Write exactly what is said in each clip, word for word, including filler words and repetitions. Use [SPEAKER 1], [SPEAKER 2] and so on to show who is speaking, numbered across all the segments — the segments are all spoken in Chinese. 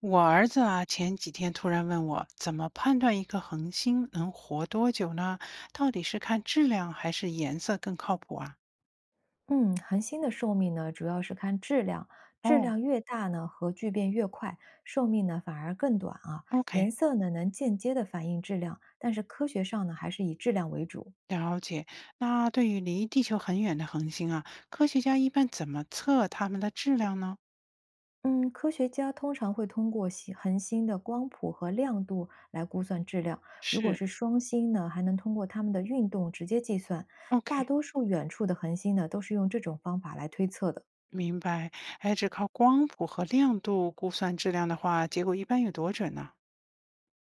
[SPEAKER 1] 我儿子啊，前几天突然问我，怎么判断一颗恒星能活多久呢？到底是看质量还是颜色更靠谱啊？
[SPEAKER 2] 嗯，恒星的寿命呢，主要是看质量，质
[SPEAKER 1] 哦
[SPEAKER 2] 量越大呢，核聚变越快，寿命呢反而更短啊。
[SPEAKER 1] ，OK，
[SPEAKER 2] 颜色呢能间接的反映质量，但是科学上呢还是以质量为主。
[SPEAKER 1] 了解。那对于离地球很远的恒星啊，科学家一般怎么测它们的质量呢？
[SPEAKER 2] 嗯，科学家通常会通过星恒星的光谱和亮度来估算质量。如果
[SPEAKER 1] 是
[SPEAKER 2] 是双星呢，还能通过它们的运动直接计算。大
[SPEAKER 1] ，OK，
[SPEAKER 2] 多数远处的恒星呢，都是用这种方法来推测的。
[SPEAKER 1] 明白。哎，只靠光谱和亮度估算质量的话，结果一般有多准呢？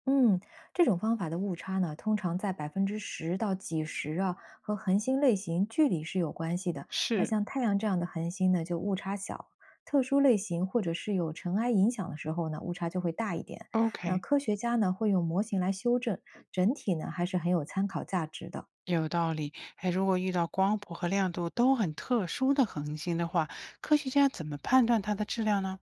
[SPEAKER 2] 嗯，这种方法的误差呢，通常在百分之十到几十啊，和恒星类型、距离是有关系的。那
[SPEAKER 1] 是
[SPEAKER 2] 像太阳这样的恒星呢，就误差小；特殊类型或者是有尘埃影响的时候呢，误差就会大一点。那
[SPEAKER 1] ，OK。
[SPEAKER 2] 科学家呢，会用模型来修正，整体呢还是很有参考价值的。
[SPEAKER 1] 有道理，哎，如果遇到光谱和亮度都很特殊的恒星的话，科学家怎么判断它的质量呢？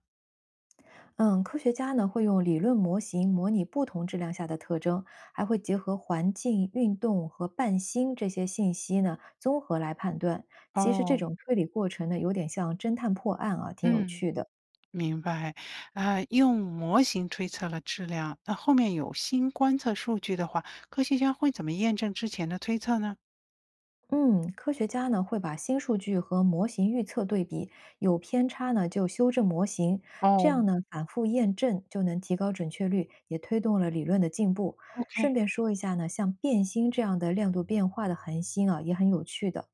[SPEAKER 2] 嗯，科学家呢会用理论模型模拟不同质量下的特征，还会结合环境、运动和伴星这些信息呢综合来判断。其实这
[SPEAKER 1] 哦，
[SPEAKER 2] 种推理过程呢，有点像侦探破案啊，挺有
[SPEAKER 1] 嗯，
[SPEAKER 2] 趣的。
[SPEAKER 1] 明白。啊、用模型推测了质量，那后面有新观测数据的话，科学家会怎么验证之前的推测呢？
[SPEAKER 2] 嗯，科学家呢会把新数据和模型预测对比，有偏差呢就修正模型，这
[SPEAKER 1] 哦
[SPEAKER 2] 样呢反复验证就能提高准确率，也推动了理论的进步。顺
[SPEAKER 1] ，OK，
[SPEAKER 2] 便说一下呢，像变星这样的亮度变化的恒星啊，也很有趣的。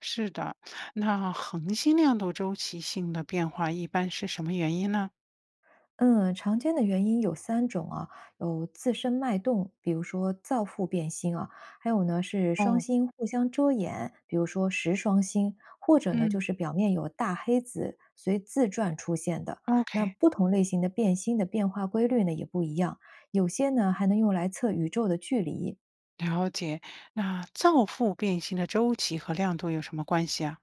[SPEAKER 1] 是的。那恒星亮度周期性的变化一般是什么原因呢？
[SPEAKER 2] 嗯，常见的原因有三种啊，有自身脉动，比如说造父变星啊，还有呢是双
[SPEAKER 1] 哦，
[SPEAKER 2] 星互相遮掩，比如说食双星，或者呢就
[SPEAKER 1] 嗯
[SPEAKER 2] 是表面有大黑子随自转出现的。那
[SPEAKER 1] ，OK。
[SPEAKER 2] 不同类型的变星的变化规律呢也不一样，有些呢还能用来测宇宙的距离，
[SPEAKER 1] 了解，那造父变星的周期和亮度有什么关系啊？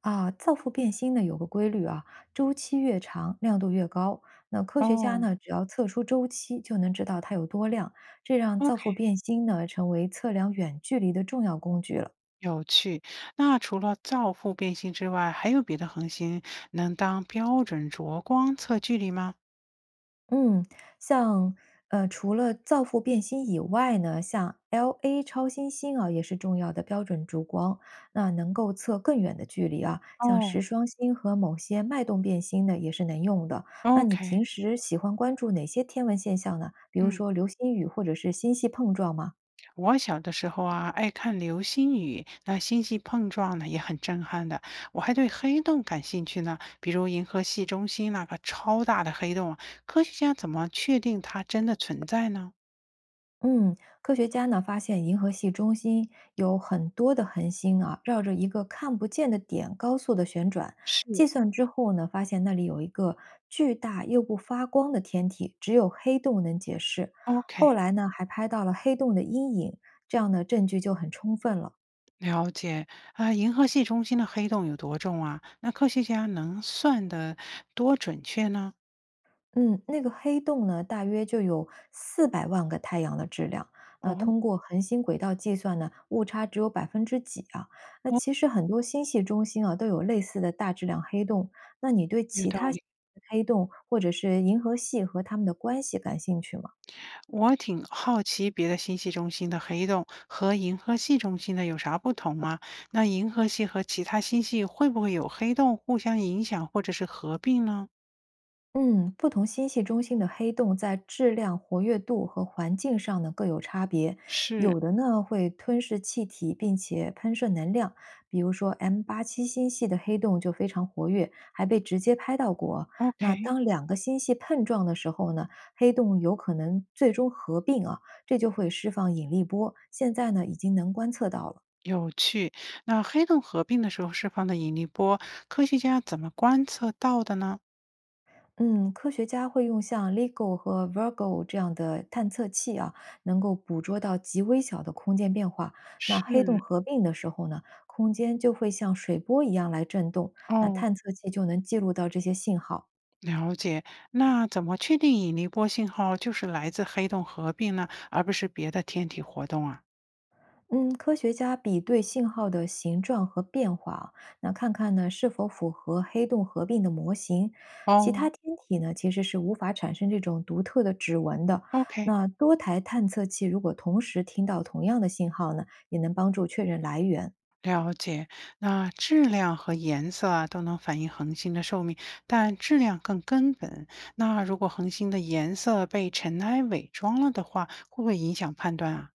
[SPEAKER 2] 啊，造父变星呢有个规律啊，周期越长，亮度越高。那科学家
[SPEAKER 1] 哦
[SPEAKER 2] 呢，只要测出周期，就能知道它有多亮，这让造父
[SPEAKER 1] ，OK，
[SPEAKER 2] 变星呢成为测量远距离的重要工具了。
[SPEAKER 1] 有趣。那除了造父变星之外，还有别的恒星能当标准着光测距离吗？
[SPEAKER 2] 嗯，像呃，除了造父变星以外呢，像 L A 超新星啊，也是重要的标准烛光，那能够测更远的距离啊。像
[SPEAKER 1] 哦
[SPEAKER 2] 石双星和某些脉动变星呢，也是能用的。那你
[SPEAKER 1] ，OK，
[SPEAKER 2] 平时喜欢关注哪些天文现象呢？比如
[SPEAKER 1] 嗯，
[SPEAKER 2] 说流星雨或者是星系碰撞吗？
[SPEAKER 1] 我小的时候啊，爱看流星雨，那星系碰撞呢也很震撼的。我还对黑洞感兴趣呢，比如银河系中心那个超大的黑洞啊，科学家怎么确定它真的存在呢？
[SPEAKER 2] 嗯，科学家呢发现银河系中心有很多的恒星啊，绕着一个看不见的点高速的旋转。
[SPEAKER 1] 是
[SPEAKER 2] 计算之后呢，发现那里有一个巨大又不发光的天体，只有黑洞能解释。后
[SPEAKER 1] ，OK。
[SPEAKER 2] 来呢，还拍到了黑洞的阴影，这样的证据就很充分了。
[SPEAKER 1] 了解，啊，银河系中心的黑洞有多重啊？那科学家能算的多准确呢？
[SPEAKER 2] 嗯，那个黑洞呢，大约就有四百万个太阳的质量。那
[SPEAKER 1] 哦
[SPEAKER 2] 通过恒星轨道计算呢，误差只有百分之几啊？那
[SPEAKER 1] 哦，
[SPEAKER 2] 其实很多星系中心啊都有类似的大质量黑洞。那你对
[SPEAKER 1] 有
[SPEAKER 2] 其
[SPEAKER 1] 道
[SPEAKER 2] 他
[SPEAKER 1] 理。
[SPEAKER 2] 黑洞或者是银河系和它们的关系感兴趣吗？
[SPEAKER 1] 我挺好奇别的星系中心的黑洞和银河系中心的有啥不同吗？那银河系和其他星系会不会有黑洞互相影响或者是合并呢？
[SPEAKER 2] 嗯，不同星系中心的黑洞在质量、活跃度和环境上呢各有差别，
[SPEAKER 1] 是
[SPEAKER 2] 有的呢会吞噬气体并且喷射能量，比如说 M 八七 星系的黑洞就非常活跃，还被直接拍到过。那
[SPEAKER 1] ，OK，
[SPEAKER 2] 当两个星系碰撞的时候呢，黑洞有可能最终合并啊，这就会释放引力波。现在呢已经能观测到了。
[SPEAKER 1] 有趣。那黑洞合并的时候释放的引力波，科学家怎么观测到的呢？
[SPEAKER 2] 嗯，科学家会用像 L I G O 和 Virgo 这样的探测器啊，能够捕捉到极微小的空间变化。那黑洞
[SPEAKER 1] 是
[SPEAKER 2] 合并的时候呢，空间就会像水波一样来震动，那
[SPEAKER 1] 哦，
[SPEAKER 2] 探测器就能记录到这些信号。
[SPEAKER 1] 了解，那怎么确定引力波信号就是来自黑洞合并呢，而不是别的天体活动啊？
[SPEAKER 2] 嗯，科学家比对信号的形状和变化啊，那看看呢是否符合黑洞合并的模型。其
[SPEAKER 1] 哦
[SPEAKER 2] 他天体呢其实是无法产生这种独特的指纹的。
[SPEAKER 1] ，OK，
[SPEAKER 2] 那多台探测器如果同时听到同样的信号呢，也能帮助确认来源。
[SPEAKER 1] 了解。那质量和颜色啊都能反映恒星的寿命，但质量更根本。那如果恒星的颜色被尘埃伪装了的话，会不会影响判断啊？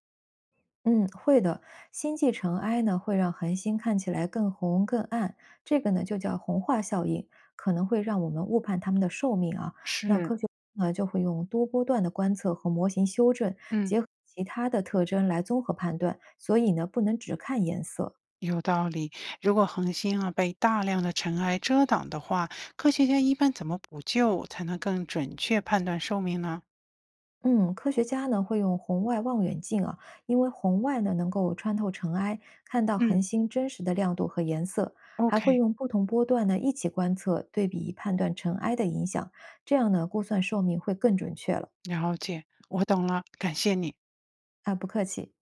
[SPEAKER 2] 嗯，会的。星际尘埃呢，会让恒星看起来更红、更暗，这个呢就叫红化效应，可能会让我们误判它们的寿命啊。那
[SPEAKER 1] 是，
[SPEAKER 2] 科学呢就会用多波段的观测和模型修正，
[SPEAKER 1] 嗯。
[SPEAKER 2] 结合其他的特征来综合判断，所以呢不能只看颜色。
[SPEAKER 1] 有道理。如果恒星啊被大量的尘埃遮挡的话，科学家一般怎么补救才能更准确判断寿命呢？
[SPEAKER 2] 嗯，科学家呢会用红外望远镜啊，因为红外呢能够穿透尘埃，看到恒
[SPEAKER 1] 嗯，
[SPEAKER 2] 星真实的亮度和颜色，还会
[SPEAKER 1] OK，
[SPEAKER 2] 用不同波段呢一起观测，对比判断尘埃的影响，这样呢估算寿命会更准确了。
[SPEAKER 1] 了解，我懂了，感谢你。
[SPEAKER 2] 啊，不客气。